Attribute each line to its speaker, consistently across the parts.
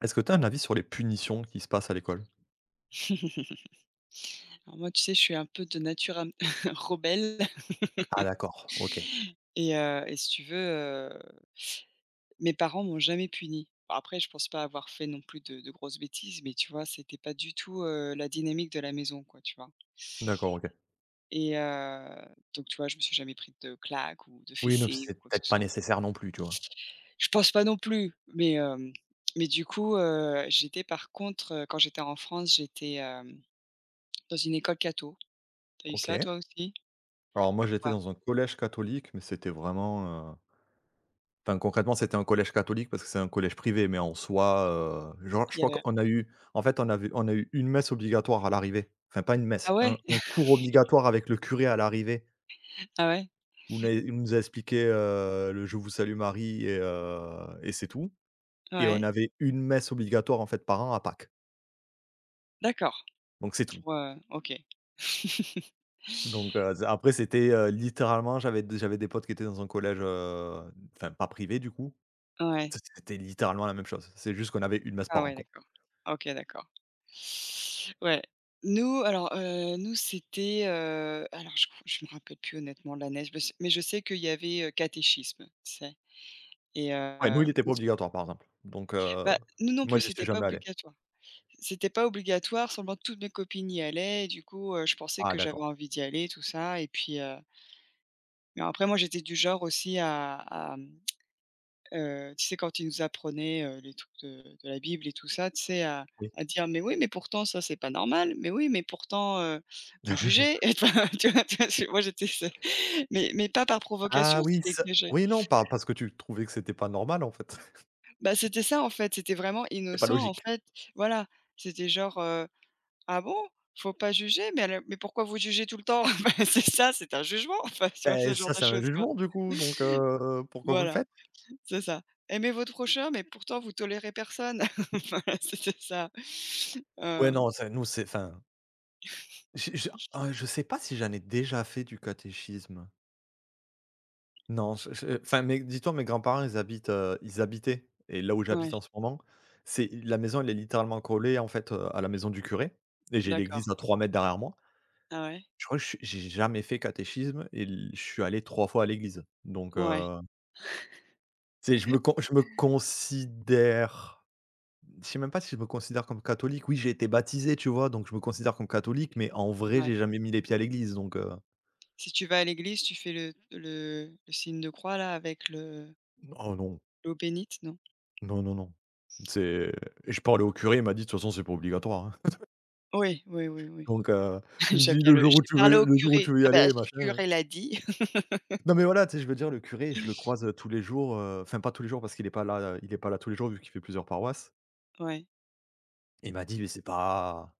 Speaker 1: Est-ce que tu as un avis sur les punitions qui se passent à l'école?
Speaker 2: Alors moi, tu sais, je suis un peu de nature un rebelle
Speaker 1: Ah d'accord, OK.
Speaker 2: et si tu veux, mes parents m'ont jamais puni. Après, je pense pas avoir fait non plus de grosses bêtises, mais tu vois, c'était pas du tout, la dynamique de la maison, quoi, tu vois?
Speaker 1: D'accord, OK.
Speaker 2: Et donc tu vois, je me suis jamais pris de claques ou de
Speaker 1: Oui, non,
Speaker 2: fessées
Speaker 1: c'est
Speaker 2: ou quoi que
Speaker 1: peut-être
Speaker 2: ce
Speaker 1: pas
Speaker 2: soit.
Speaker 1: nécessaire non plus, tu vois?
Speaker 2: Je pense pas non plus, mais mais du coup, j'étais par contre, quand j'étais en France, j'étais, dans une école catho. T'as eu ça toi
Speaker 1: OK.
Speaker 2: aussi
Speaker 1: Alors moi,
Speaker 2: ou
Speaker 1: j'étais
Speaker 2: pas?
Speaker 1: dans un collège catholique, mais c'était vraiment, heu, enfin concrètement, c'était un collège catholique parce que c'est un collège privé, mais en soi, genre,
Speaker 2: Il
Speaker 1: je
Speaker 2: y
Speaker 1: crois
Speaker 2: avait
Speaker 1: qu'on a eu en fait, on a eu une messe obligatoire à l'arrivée. Enfin pas une messe,
Speaker 2: Ah
Speaker 1: un
Speaker 2: ouais?
Speaker 1: un cours obligatoire avec le curé à l'arrivée
Speaker 2: Ah ouais?
Speaker 1: où on a il nous a expliqué, le «Je vous salue Marie» et c'est tout et on
Speaker 2: Ouais,
Speaker 1: avait une messe obligatoire, en fait, par an à Pâques,
Speaker 2: d'accord,
Speaker 1: donc c'est tout.
Speaker 2: pour, OK.
Speaker 1: Donc z après c'était, littéralement j'avais des potes qui étaient dans un collège, enfin pas privé du coup.
Speaker 2: Ouais.
Speaker 1: C'était littéralement la même chose. C'est juste qu'on avait une messe
Speaker 2: Ah
Speaker 1: par an,
Speaker 2: ouais,
Speaker 1: quoi.
Speaker 2: d'accord. OK, d'accord. Ouais. Nous, alors, nous, c'était, alors je crois je me rappelle plus honnêtement de la neige, mais je sais qu'il y avait, catéchisme, tu sais? Et
Speaker 1: Ouais, nous il était pas obligatoire par exemple. Donc
Speaker 2: bah, nous non
Speaker 1: moi
Speaker 2: plus,
Speaker 1: j'y suis
Speaker 2: c'était pas
Speaker 1: jamais allé.
Speaker 2: obligatoire. C'était pas obligatoire, seulement toutes mes copines y allaient et du coup, je pensais
Speaker 1: Ah
Speaker 2: que j'avais
Speaker 1: d'accord,
Speaker 2: envie d'y aller, tout ça et puis, mais après moi, j'étais du genre aussi à mmh tu sais, quand il nous apprenait, les trucs de la Bible et tout ça, tu sais, à
Speaker 1: oui.
Speaker 2: dire: «Mais oui, mais pourtant ça, c'est pas normal. Mais oui, mais pourtant, vous jugez». Tu vois? Tu vois? C'est moi j'étais ce mais pas par
Speaker 1: Ah
Speaker 2: provocation,
Speaker 1: oui,
Speaker 2: c'était
Speaker 1: ça
Speaker 2: que je
Speaker 1: oui, non, pas parce que tu trouvais que c'était pas normal en fait.
Speaker 2: bah, c'était ça en fait, c'était vraiment
Speaker 1: C'est pas
Speaker 2: innocent en
Speaker 1: logique.
Speaker 2: fait. Voilà, c'était genre, «Ah bon? Faut pas juger? Mais alors mais pourquoi vous jugez tout le temps?» Bah, c'est ça, c'est un jugement, enfin, tu vois?
Speaker 1: Ben
Speaker 2: Ce genre
Speaker 1: ça
Speaker 2: de
Speaker 1: c'est un
Speaker 2: choses quoi.
Speaker 1: jugement du coup, donc pourquoi vous le
Speaker 2: Voilà.
Speaker 1: faites?
Speaker 2: C'est ça. Aimez votre prochain, mais pourtant vous tolérez personne. Voilà, c'était ça.
Speaker 1: Ouais,
Speaker 2: Hem,
Speaker 1: non, c'est nous c'est fin. J je sais pas si j'en ai déjà fait du catéchisme. Non, je enfin, mes dis-toi, mes grands-parents, ils habitent, ils habitaient et là où j'habite
Speaker 2: ouais,
Speaker 1: en ce moment, c'est la maison, elle est littéralement collée, en fait, à la maison du curé et j'ai
Speaker 2: d'accord.
Speaker 1: l'église à 3 mètres derrière moi.
Speaker 2: Ah ouais?
Speaker 1: Je crois que je suis j'ai jamais fait catéchisme et l je suis allé 3 fois à l'église donc
Speaker 2: Ouais,
Speaker 1: tu je me con je me considère je sais même pas si je me considère comme catholique. Oui, j'ai été baptisé, tu vois? Donc je me considère comme catholique mais en vrai,
Speaker 2: ouais.
Speaker 1: j'ai jamais mis les pieds à l'église donc
Speaker 2: Si tu vas à l'église, tu fais le signe de croix là avec le
Speaker 1: oh non.
Speaker 2: l'eau bénite, non?
Speaker 1: Non, non, non. C'est et je parlais au curé, il m'a dit: «De toute façon, c'est pas obligatoire, hein».
Speaker 2: Oui, oui, oui, oui.
Speaker 1: Donc il me
Speaker 2: J'aime
Speaker 1: dit:
Speaker 2: bien le j'ai parlé au
Speaker 1: Le jour où tu
Speaker 2: curé.
Speaker 1: veux y
Speaker 2: Ah bah,
Speaker 1: aller,
Speaker 2: si le
Speaker 1: machin».
Speaker 2: curé l'a dit.
Speaker 1: Non, mais voilà, tu sais, je veux dire, le curé, je le croise, tous les jours, enfin pas tous les jours parce qu'il est pas là, il est pas là tous les jours vu qu'il fait plusieurs paroisses
Speaker 2: Ouais.
Speaker 1: et il m'a dit: «Mais c'est pas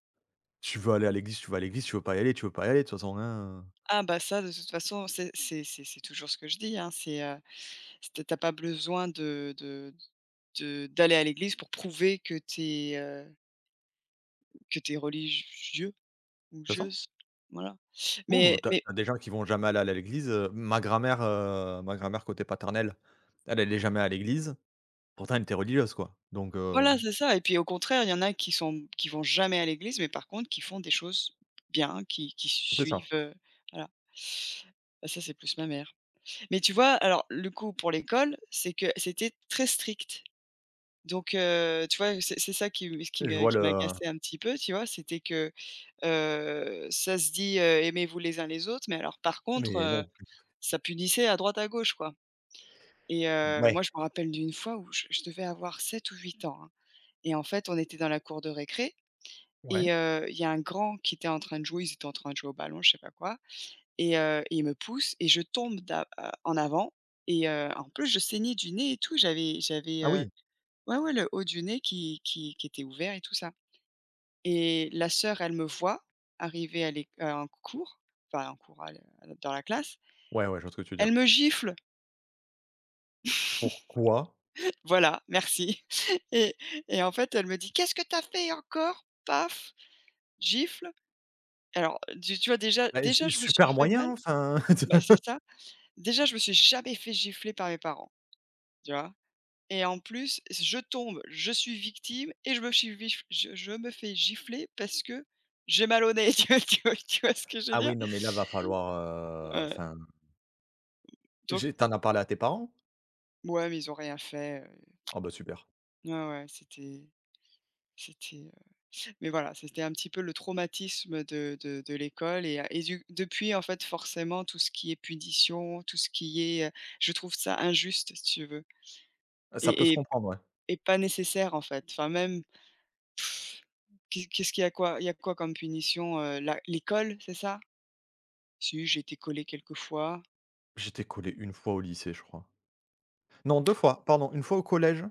Speaker 1: tu veux aller à l'église, tu vas à l'église, tu veux pas y aller, tu veux pas y aller, de toute façon, hein».
Speaker 2: Ah bah, ça de toute façon, c'est toujours ce que je dis, hein, c'est tu pas besoin de d'aller à l'église pour prouver que t'es, que t'es religieux. Ou
Speaker 1: De toute façon,
Speaker 2: jeuses, voilà.
Speaker 1: oui,
Speaker 2: Mais
Speaker 1: oui,
Speaker 2: mais
Speaker 1: tu des gens qui vont jamais aller à l'église, ma grand-mère côté paternel, elle, elle est jamais à l'église. Pourtant, elle était religieuse, quoi. Donc
Speaker 2: voilà, c'est ça et puis au contraire, il y en a qui vont jamais à l'église, mais par contre qui font des choses bien, qui
Speaker 1: c'est
Speaker 2: suivent,
Speaker 1: ça.
Speaker 2: voilà. Bah, ça, c'est plus ma mère. Mais tu vois, alors le coup pour l'école, c'est que c'était très strict. Donc tu vois, c'est ça qui me qui
Speaker 1: Et je
Speaker 2: me
Speaker 1: vois
Speaker 2: qui
Speaker 1: le
Speaker 2: m'agaçait un petit peu, tu vois? C'était que, ça se dit, «Aimez-vous les uns les autres», mais alors par contre,
Speaker 1: Mais non.
Speaker 2: ça punissait à droite à gauche, quoi. Et
Speaker 1: Ouais,
Speaker 2: moi, je me rappelle d'une fois où je devais avoir 7 ou 8 ans, hein et en fait, on était dans la cour de récré
Speaker 1: ouais.
Speaker 2: et il y a un grand qui était en train de jouer, ils étaient en train de jouer au ballon, je sais pas quoi et il me pousse et je tombe d'a en avant et en plus, je saignais du nez et tout. J'avais,
Speaker 1: Ah oui.
Speaker 2: ouais, ouais, le haut du nez qui était ouvert et tout ça et la sœur, elle me voit arriver à l'éc en cours, enfin en cours, à l dans la classe.
Speaker 1: Ouais, ouais, je vois ce que tu veux
Speaker 2: Elle
Speaker 1: dire.
Speaker 2: me gifle!
Speaker 1: Pourquoi?
Speaker 2: Voilà, merci et en fait, elle me dit: «Qu'est-ce que t'as fait encore?» Paf, gifle. Alors, tu vois déjà
Speaker 1: Bah,
Speaker 2: déjà
Speaker 1: c'est
Speaker 2: je me suis
Speaker 1: super
Speaker 2: fait mal
Speaker 1: moyen, enfin.
Speaker 2: bah, c'est ça. Déjà, je me suis jamais fait gifler par mes parents, tu vois? Et en plus, je tombe, je suis victime et je me fais gifler parce que j'ai mal au nez, tu vois ce que je veux
Speaker 1: Ah
Speaker 2: dire?
Speaker 1: oui, non, mais là, va falloir,
Speaker 2: Heu,
Speaker 1: enfin.
Speaker 2: donc
Speaker 1: J'ai Tu as parlé à tes parents?
Speaker 2: ouais, mais ils ont rien fait,
Speaker 1: Ah bah, super.
Speaker 2: ouais, ouais, c'était, mais voilà, c'était un petit peu le traumatisme de l'école et du depuis, en fait, forcément, tout ce qui est punition, tout ce qui est, je trouve ça injuste, si tu veux
Speaker 1: Ah, ça peut se
Speaker 2: et et
Speaker 1: comprendre, ouais.
Speaker 2: et pas nécessaire, en fait. Enfin, même pff, qu'est qu'est-ce qu'il y a quoi il y a quoi comme punition, la l'école, c'est ça? Si, j'ai été collé quelques fois.
Speaker 1: J'étais collé une fois au lycée, je crois. Non, 2 fois, pardon, une fois au collège.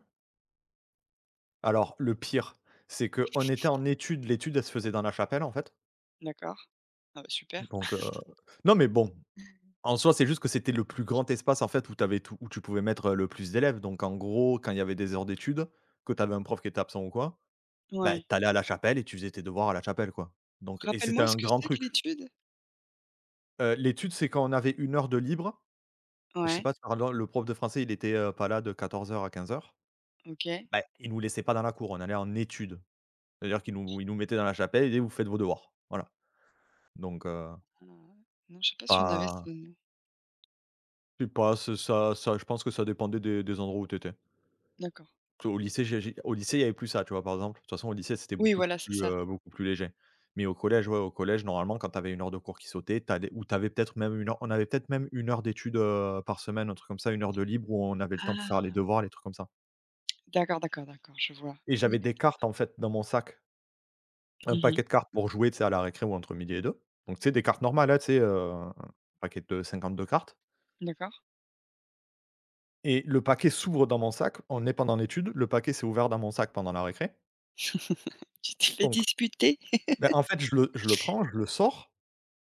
Speaker 1: Alors, le pire, c'est que on était en études, l'étude, elle se faisait dans la chapelle, en fait,
Speaker 2: D'accord. Ah bah, super.
Speaker 1: donc non, mais bon. En soi, c'est juste que c'était le plus grand espace en fait où tu avais tout où tu pouvais mettre, le plus d'élèves. Donc en gros, quand il y avait des heures d'études, que tu avais un prof qui était absent ou quoi, bah, tu
Speaker 2: Ouais.
Speaker 1: allais à la chapelle et tu faisais tes devoirs à la chapelle, quoi. Donc et c'était
Speaker 2: Rappelle-moi ce
Speaker 1: un
Speaker 2: que
Speaker 1: grand
Speaker 2: c'est que
Speaker 1: truc.
Speaker 2: l'étude?
Speaker 1: L'étude, c'est quand on avait une heure de libre. Je sais
Speaker 2: Ouais,
Speaker 1: pas, pardon, le prof de français, il était, pas là de 14 heures à 15:00.
Speaker 2: OK.
Speaker 1: Bah, il nous laissait pas dans la cour, on allait en étude. C'est-à-dire qu'il nous il nous mettait dans la chapelle et il disait: «Vous faites vos devoirs». Voilà. Donc
Speaker 2: Ah, non, je sais pas si on avait ce
Speaker 1: pas je sais pas, c'est ça je pense que ça dépendait des endroits où tu étais.
Speaker 2: D'accord.
Speaker 1: Au lycée, il y avait plus ça, tu vois? Par exemple, de toute façon, au lycée, c'était
Speaker 2: Oui, voilà, c'est ça.
Speaker 1: beaucoup plus léger. Mais au collège, ouais, au collège, normalement, quand tu avais 1 heure de cours qui sautait, tu allais ou tu avais peut-être même une, heure on avait peut-être même une heure d'études, par semaine, un truc comme ça, une heure de libre où on avait le temps pour faire les
Speaker 2: Ah!
Speaker 1: devoirs, les trucs comme ça.
Speaker 2: D'accord, d'accord, d'accord, je vois.
Speaker 1: Et
Speaker 2: Oui,
Speaker 1: j'avais des cartes,
Speaker 2: peut-être.
Speaker 1: en fait, dans mon sac, un
Speaker 2: Mmh.
Speaker 1: paquet de cartes pour jouer, tu sais, à la récré ou entre midi et deux. Donc tu sais, des cartes normales, hein, tu sais, un paquet de 52 cartes
Speaker 2: D'accord.
Speaker 1: et le paquet s'ouvre dans mon sac. On est pendant l'étude, le paquet s'est ouvert dans mon sac pendant la récré.
Speaker 2: Tu t'es fait
Speaker 1: Donc,
Speaker 2: disputer?
Speaker 1: bah, en fait, je le prends, je le sors.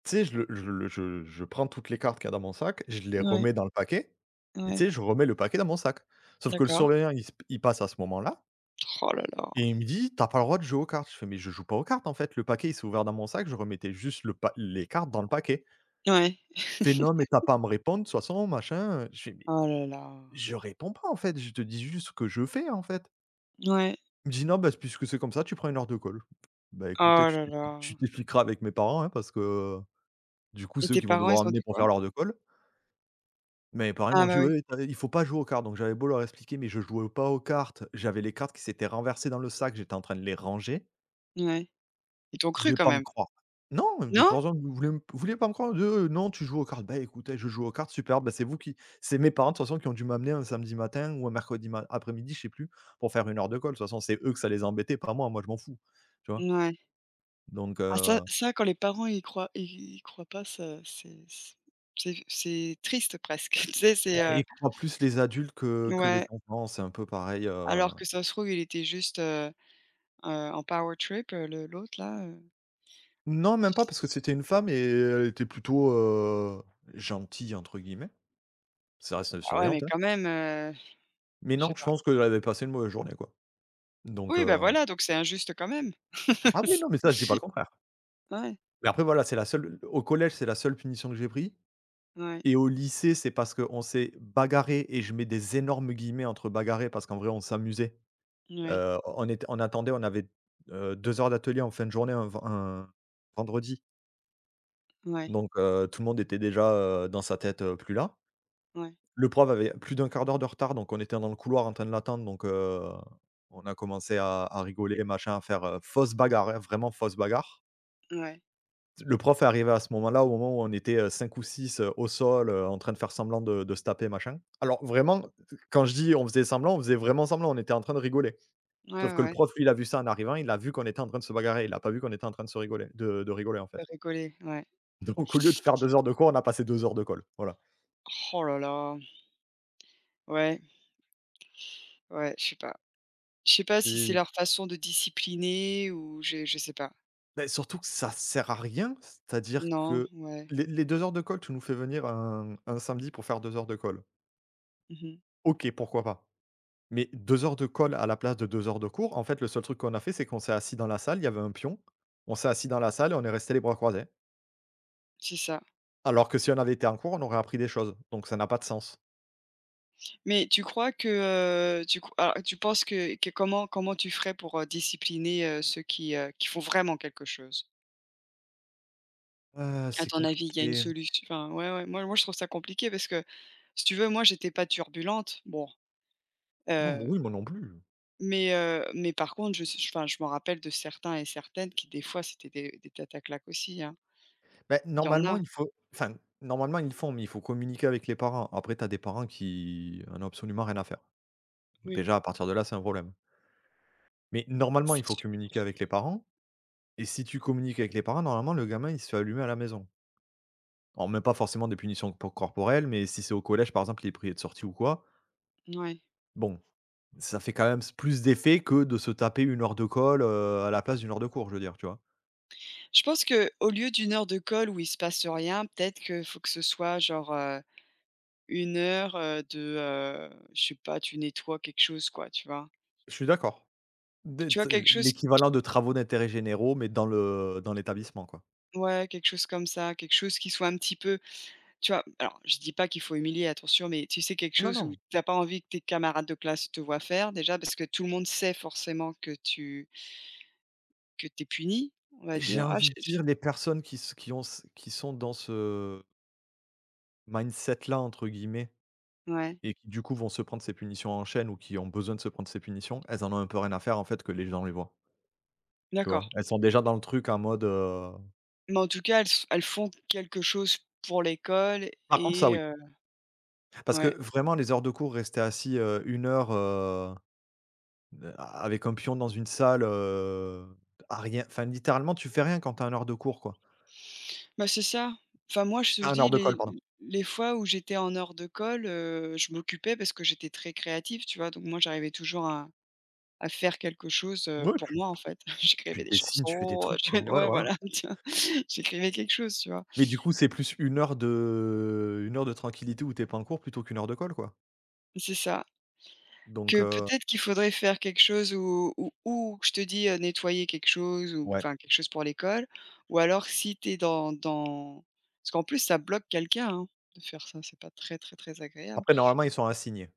Speaker 1: Tu sais, je le je le je prends toutes les cartes qu'il y a dans mon sac, je les
Speaker 2: Ouais,
Speaker 1: remets dans le paquet et tu
Speaker 2: ouais,
Speaker 1: sais, je remets le paquet dans mon sac. Sauf que le
Speaker 2: d'accord.
Speaker 1: surveillant, il passe à ce moment-là
Speaker 2: Oh là là.
Speaker 1: et il me dit: t'as pas le droit de jouer aux cartes». Je fais: «Mais je joue pas aux cartes en fait, le paquet il s'est ouvert dans mon sac, je remettais juste le pa les cartes dans le paquet».
Speaker 2: Ouais.
Speaker 1: Il fait: «Non mais tu pas à me répondre de toute façon, machin». Je fais: «Mais
Speaker 2: Oh là là.
Speaker 1: je réponds pas en fait, je te dis juste ce que je fais en fait».
Speaker 2: Ouais.
Speaker 1: Il me dit: «Non, bah, puisque c'est comme ça, tu prends une heure de colle». Bah, écoute,
Speaker 2: Oh là là.
Speaker 1: tu t'expliqueras avec mes parents, hein, parce que, du coup,
Speaker 2: Et
Speaker 1: c'est eux
Speaker 2: tes
Speaker 1: qui vont
Speaker 2: parents,
Speaker 1: devoir
Speaker 2: ils ont
Speaker 1: amener
Speaker 2: dit
Speaker 1: pour
Speaker 2: quoi?
Speaker 1: faire l'heure de colle. Mais mes parents ils
Speaker 2: Ah
Speaker 1: m'ont
Speaker 2: bah
Speaker 1: dit:
Speaker 2: oui,
Speaker 1: «Ouais, tu il faut pas jouer aux cartes», donc j'avais beau leur expliquer, mais je jouais pas aux cartes, j'avais les cartes qui s'étaient renversées dans le sac, j'étais en train de les ranger.
Speaker 2: ouais. Ils t'ont
Speaker 1: Ils
Speaker 2: cru
Speaker 1: voulaient
Speaker 2: quand
Speaker 1: pas me
Speaker 2: même?
Speaker 1: croire. Non, de
Speaker 2: Non?
Speaker 1: par exemple, vous voulaient m ils voulaient pas me croire, ils non, tu joues aux cartes». Bah, écoutez, je joue aux cartes, super, bah, c'est vous qui c'est mes parents de toute façon qui ont dû m'amener un samedi matin ou un mercredi ma après-midi, je sais plus, pour faire une heure de colle. De toute façon, c'est eux que ça les embêtait, pas moi, moi je m'en fous, tu vois?
Speaker 2: Ouais.
Speaker 1: Donc
Speaker 2: Ah ça ça quand les parents ils croient ils croient pas ça c'est triste presque. Tu sais, c'est,
Speaker 1: ils croient plus les adultes que les
Speaker 2: ouais,
Speaker 1: enfants, c'est un peu pareil.
Speaker 2: alors que ça se trouve il était juste, en power trip, le l'autre là,
Speaker 1: Non, même pas parce que c'était une femme et elle était plutôt, «gentille» entre guillemets. Ça reste une
Speaker 2: Bah ouais,
Speaker 1: surveillante,
Speaker 2: mais
Speaker 1: hein.
Speaker 2: quand même,
Speaker 1: Mais
Speaker 2: je sais
Speaker 1: non, je
Speaker 2: pas.
Speaker 1: pense qu'elle avait passé une mauvaise journée, quoi. Donc,
Speaker 2: Oui, bah, voilà, donc c'est injuste quand même.
Speaker 1: ah oui, non, mais ça, je dis pas le contraire.
Speaker 2: Ouais,
Speaker 1: Mais après voilà, c'est la seule au collège, c'est la seule punition que j'ai pris
Speaker 2: ouais,
Speaker 1: et au lycée, c'est parce qu'on s'est bagarré et je mets des énormes guillemets entre «bagarré» parce qu'en vrai, on s'amusait.
Speaker 2: ouais,
Speaker 1: On était on attendait, on avait, 2 heures d'atelier en fin de journée un vendredi.
Speaker 2: ouais,
Speaker 1: Donc, tout le monde était déjà, dans sa tête, plus là.
Speaker 2: ouais,
Speaker 1: Le prof avait plus d'un quart d'heure de retard, donc on était dans le couloir en train de l'attendre, donc on a commencé à rigoler, machin, à faire, fausse bagarre, hein, vraiment fausse bagarre.
Speaker 2: ouais,
Speaker 1: Le prof est arrivé à ce moment-là, au moment où on était, 5 ou 6 au sol, en train de faire semblant de se taper, machin. Alors vraiment, quand je dis: «On faisait semblant», on faisait vraiment semblant, on était en train de rigoler.
Speaker 2: ouais,
Speaker 1: Sauf que le
Speaker 2: ouais,
Speaker 1: prof, lui, il a vu ça en arrivant, il a vu qu'on était en train de se bagarrer, il a pas vu qu'on était en train de se rigoler de rigoler, en fait.
Speaker 2: faut rigoler, ouais.
Speaker 1: Donc au lieu de faire 2 heures de cours, on a passé 2 heures de colle, voilà.
Speaker 2: Oh là là, ouais, ouais, je sais pas. Je sais pas si c'est
Speaker 1: Et
Speaker 2: leur façon de discipliner ou je sais pas.
Speaker 1: beh, surtout que ça sert à rien, c'est-à-dire
Speaker 2: Non,
Speaker 1: que
Speaker 2: ouais,
Speaker 1: les 2 heures de colle, tu nous fais venir un samedi pour faire 2 heures de colle.
Speaker 2: mmh
Speaker 1: OK, pourquoi pas. Mais 2 heures de colle à la place de 2 heures de cours, en fait, le seul truc qu'on a fait, c'est qu'on s'est assis dans la salle, il y avait un pion, on s'est assis dans la salle et on est restés les bras croisés.
Speaker 2: c'est ça.
Speaker 1: Alors que si on avait été en cours, on aurait appris des choses, donc ça n'a pas de sens.
Speaker 2: Mais tu crois que, tu cro alors tu penses que comment tu ferais pour, discipliner, ceux qui font vraiment quelque chose? À
Speaker 1: C'est
Speaker 2: ton avis, il y a une
Speaker 1: compliqué.
Speaker 2: solution enfin, ouais, ouais, moi je trouve ça compliqué parce que, si tu veux, moi j'étais pas turbulente, bon,
Speaker 1: Non, mais
Speaker 2: heu,
Speaker 1: oui, moi non plus.
Speaker 2: mais mais par contre, je suis enfin, je me rappelle de certains et certaines qui des fois c'était des tatas claques aussi, hein.
Speaker 1: Beh,
Speaker 2: Il y en
Speaker 1: normalement,
Speaker 2: a,
Speaker 1: il faut enfin, normalement, ils le font, mais il faut communiquer avec les parents. Après, tu as des parents qui en ont absolument rien à faire.
Speaker 2: oui,
Speaker 1: Déjà, à partir de là, c'est un problème. Mais normalement,
Speaker 2: c'est
Speaker 1: il faut
Speaker 2: sûr.
Speaker 1: communiquer avec les parents et si tu communiques avec les parents, normalement, le gamin, il se fait allumer à la maison. Alors, même pas forcément des corporelles, mais si c'est au collège, par exemple, il est prié de sortie ou quoi,
Speaker 2: Ouais.
Speaker 1: bon, ça fait quand même plus d'effet que de se taper une heure de colle à la place d'une heure de cours, je veux dire, tu vois.
Speaker 2: Je pense que au lieu d'une heure de colle où il se passe rien, peut-être qu'il faut que ce soit genre, 1 heure, de, je sais pas, tu nettoies quelque chose quoi, tu vois?
Speaker 1: Je suis d'accord.
Speaker 2: Tu vois quelque chose
Speaker 1: L'équivalent de travaux d'intérêt généraux, mais dans l'établissement, quoi.
Speaker 2: ouais, quelque chose comme ça, quelque chose qui soit un petit peu. Tu vois? Alors je dis pas qu'il faut humilier, attention, mais tu sais quelque
Speaker 1: Non,
Speaker 2: chose
Speaker 1: non.
Speaker 2: où t'as pas envie que tes camarades de classe te voient faire déjà, parce que tout le monde sait forcément que tu que t'es puni, on va
Speaker 1: J'ai
Speaker 2: dire. Ah,
Speaker 1: envie de
Speaker 2: je
Speaker 1: dire les personnes qui, s- qui, ont, s- qui sont dans ce mindset-là, entre guillemets,
Speaker 2: ouais,
Speaker 1: et qui du coup vont se prendre ces punitions en chaîne ou qui ont besoin de se prendre ces punitions, elles en ont un peu rien à faire en fait que les gens les voient, tu
Speaker 2: d'accord.
Speaker 1: vois? Elles sont déjà dans le truc en mode,
Speaker 2: Mais en tout cas, elles font quelque chose pour l'école
Speaker 1: par contre ça
Speaker 2: et
Speaker 1: oui, parce que
Speaker 2: ouais.
Speaker 1: vraiment les heures de cours, rester assis, 1 heure, a avec un pion dans une salle, à rien enfin littéralement tu fais rien quand t'as as heure de cours quoi.
Speaker 2: Bah, c'est ça. Enfin moi, je te
Speaker 1: Ah, 1
Speaker 2: dis
Speaker 1: heure de colle
Speaker 2: les
Speaker 1: pardon.
Speaker 2: les fois où j'étais en hors de colle, je m'occupais parce que j'étais très créative, tu vois? Donc moi, j'arrivais toujours à faire quelque chose,
Speaker 1: Ouais,
Speaker 2: pour
Speaker 1: tu
Speaker 2: moi, en fait.
Speaker 1: tu
Speaker 2: J'écrivais des
Speaker 1: dessines, tu fais des
Speaker 2: chansons,
Speaker 1: trucs quoi,
Speaker 2: je
Speaker 1: ouais
Speaker 2: ouais,
Speaker 1: voilà.
Speaker 2: voilà, tu vois? J'écrivais quelque chose, tu vois?
Speaker 1: Mais du coup c'est plus une heure de tranquillité où t'es pas en cours plutôt qu'une heure de colle quoi.
Speaker 2: C'est ça.
Speaker 1: Donc
Speaker 2: Que peut-être qu'il faudrait faire quelque chose ou je te dis, nettoyer quelque chose ou
Speaker 1: ouais.
Speaker 2: enfin quelque chose pour l'école ou alors si tu es dans parce qu'en plus ça bloque quelqu'un, hein, de faire ça, c'est pas très, très, très agréable.
Speaker 1: Après normalement ils sont assignés.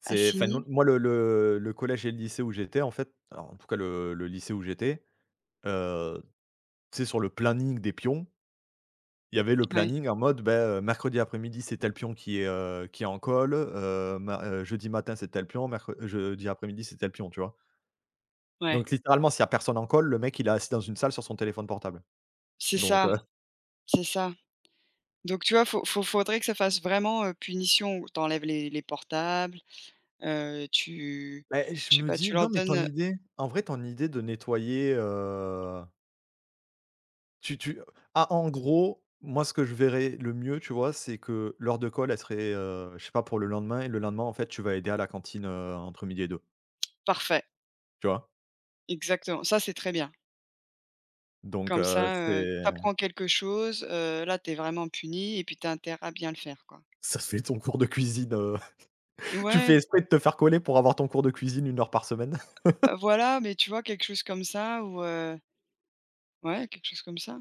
Speaker 1: C'est enfin nous
Speaker 2: Assigné.
Speaker 1: moi le collège et le lycée où j'étais en fait, alors en tout cas le lycée où j'étais, heu, tu sais sur le planning des pions, il y avait le
Speaker 2: Ouais,
Speaker 1: planning en mode, ben mercredi après-midi c'est tel pion qui est en call, ma jeudi matin c'est tel pion, mercre jeudi après-midi c'est tel pion, tu vois?
Speaker 2: ouais,
Speaker 1: Donc littéralement s'il y a personne en call, le mec il est assis dans une salle sur son téléphone portable.
Speaker 2: c'est
Speaker 1: Donc,
Speaker 2: ça, c'est ça. Donc tu vois, faut faut faudrait que ça fasse vraiment, punition. T'enlèves les portables. Tu
Speaker 1: beh, je
Speaker 2: je sais
Speaker 1: me
Speaker 2: pas,
Speaker 1: dis:
Speaker 2: tu leur
Speaker 1: «Non mais
Speaker 2: donnes,
Speaker 1: ton idée, en vrai ton idée de nettoyer, Tu tu ah, en gros, moi, ce que je verrais le mieux, tu vois, c'est que l'heure de colle elle serait, je sais pas, pour le lendemain et le lendemain, en fait, tu vas aider à la cantine, entre midi et deux,
Speaker 2: parfait,
Speaker 1: tu vois?
Speaker 2: exactement. Ça, c'est très bien.
Speaker 1: Donc
Speaker 2: Comme ça, tu
Speaker 1: c'est
Speaker 2: apprends quelque chose, là, tu es vraiment puni et puis tu as intérêt à bien le faire, quoi.
Speaker 1: ça fait ton cours de cuisine, tu fais
Speaker 2: Ouais,
Speaker 1: esprit de te faire coller pour avoir ton cours de cuisine une heure par semaine
Speaker 2: voilà, mais tu vois, quelque chose comme ça ou ouais, quelque chose comme ça.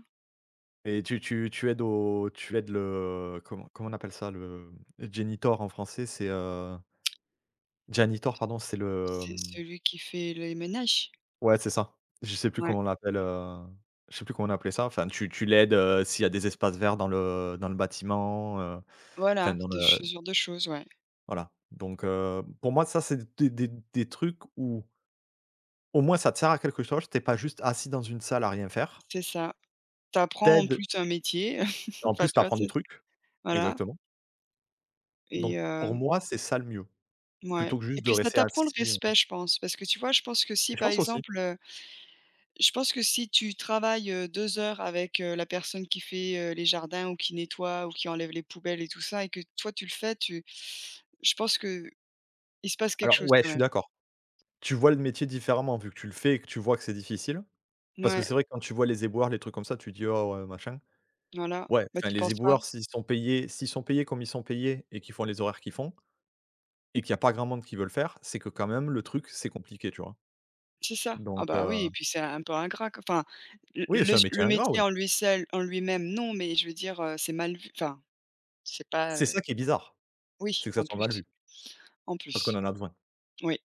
Speaker 1: et tu aides au tu aides le comment on appelle ça? Le janitor en français, c'est, janitor, pardon, c'est le,
Speaker 2: C'est
Speaker 1: mmh.
Speaker 2: celui qui fait les ménages.
Speaker 1: Ouais, c'est ça. Je sais plus
Speaker 2: Ouais,
Speaker 1: comment on l'appelle, je sais plus comment on appelait ça. Enfin, tu l'aides, s'il y a des espaces verts dans le bâtiment, enfin
Speaker 2: voilà,
Speaker 1: dans
Speaker 2: de
Speaker 1: le
Speaker 2: ce genre de choses, ouais,
Speaker 1: voilà. Donc, pour moi, ça, c'est des trucs où, au moins, ça te sert à quelque chose. T'es pas juste assis dans une salle à rien faire.
Speaker 2: c'est ça. T'apprends en
Speaker 1: T'aides.
Speaker 2: plus un métier,
Speaker 1: En
Speaker 2: enfin,
Speaker 1: plus,
Speaker 2: tu vois,
Speaker 1: t'apprends des
Speaker 2: c'est
Speaker 1: trucs.
Speaker 2: voilà
Speaker 1: Exactement.
Speaker 2: et
Speaker 1: Donc, pour moi, c'est ça le mieux,
Speaker 2: mouais
Speaker 1: plutôt que
Speaker 2: et
Speaker 1: juste de
Speaker 2: puis ça
Speaker 1: rester
Speaker 2: t'apprend le
Speaker 1: assis,
Speaker 2: respect, je pense, parce que tu vois, je pense que si,
Speaker 1: je
Speaker 2: par
Speaker 1: pense aussi.
Speaker 2: exemple, je pense que si tu travailles, 2 heures avec, la personne qui fait, les jardins ou qui nettoie ou qui enlève les poubelles et tout ça et que toi tu le fais, tu je pense que il se passe quelque
Speaker 1: Alors
Speaker 2: chose
Speaker 1: ouais,
Speaker 2: quand
Speaker 1: je suis
Speaker 2: même.
Speaker 1: d'accord. Tu vois le métier différemment vu que tu le fais et que tu vois que c'est difficile. Parce que
Speaker 2: Ouais,
Speaker 1: c'est vrai que quand tu vois les éboueurs, les trucs comme ça, tu dis: «Oh ouais, machin».
Speaker 2: voilà,
Speaker 1: Ouais,
Speaker 2: bah,
Speaker 1: enfin
Speaker 2: tu y
Speaker 1: les
Speaker 2: penses pas.
Speaker 1: éboueurs s'ils sont payés comme ils sont payés et qu'ils font les horaires qu'ils font et qu'il y a pas grand monde qui veut le faire, c'est que quand même le truc, c'est compliqué, tu vois?
Speaker 2: C'est ça. Ah
Speaker 1: Donc
Speaker 2: bah, oui et puis c'est un peu ingrat q enfin, le
Speaker 1: oui,
Speaker 2: le
Speaker 1: c'est un métier
Speaker 2: le
Speaker 1: ingrat,
Speaker 2: métier
Speaker 1: oui.
Speaker 2: en lui seul en lui-même non, mais je veux dire, c'est mal vu, enfin, c'est pas,
Speaker 1: C'est ça qui est bizarre, c'est
Speaker 2: oui,
Speaker 1: que ça soit mal vu,
Speaker 2: en
Speaker 1: parce qu'on
Speaker 2: plus,
Speaker 1: en a besoin.
Speaker 2: oui.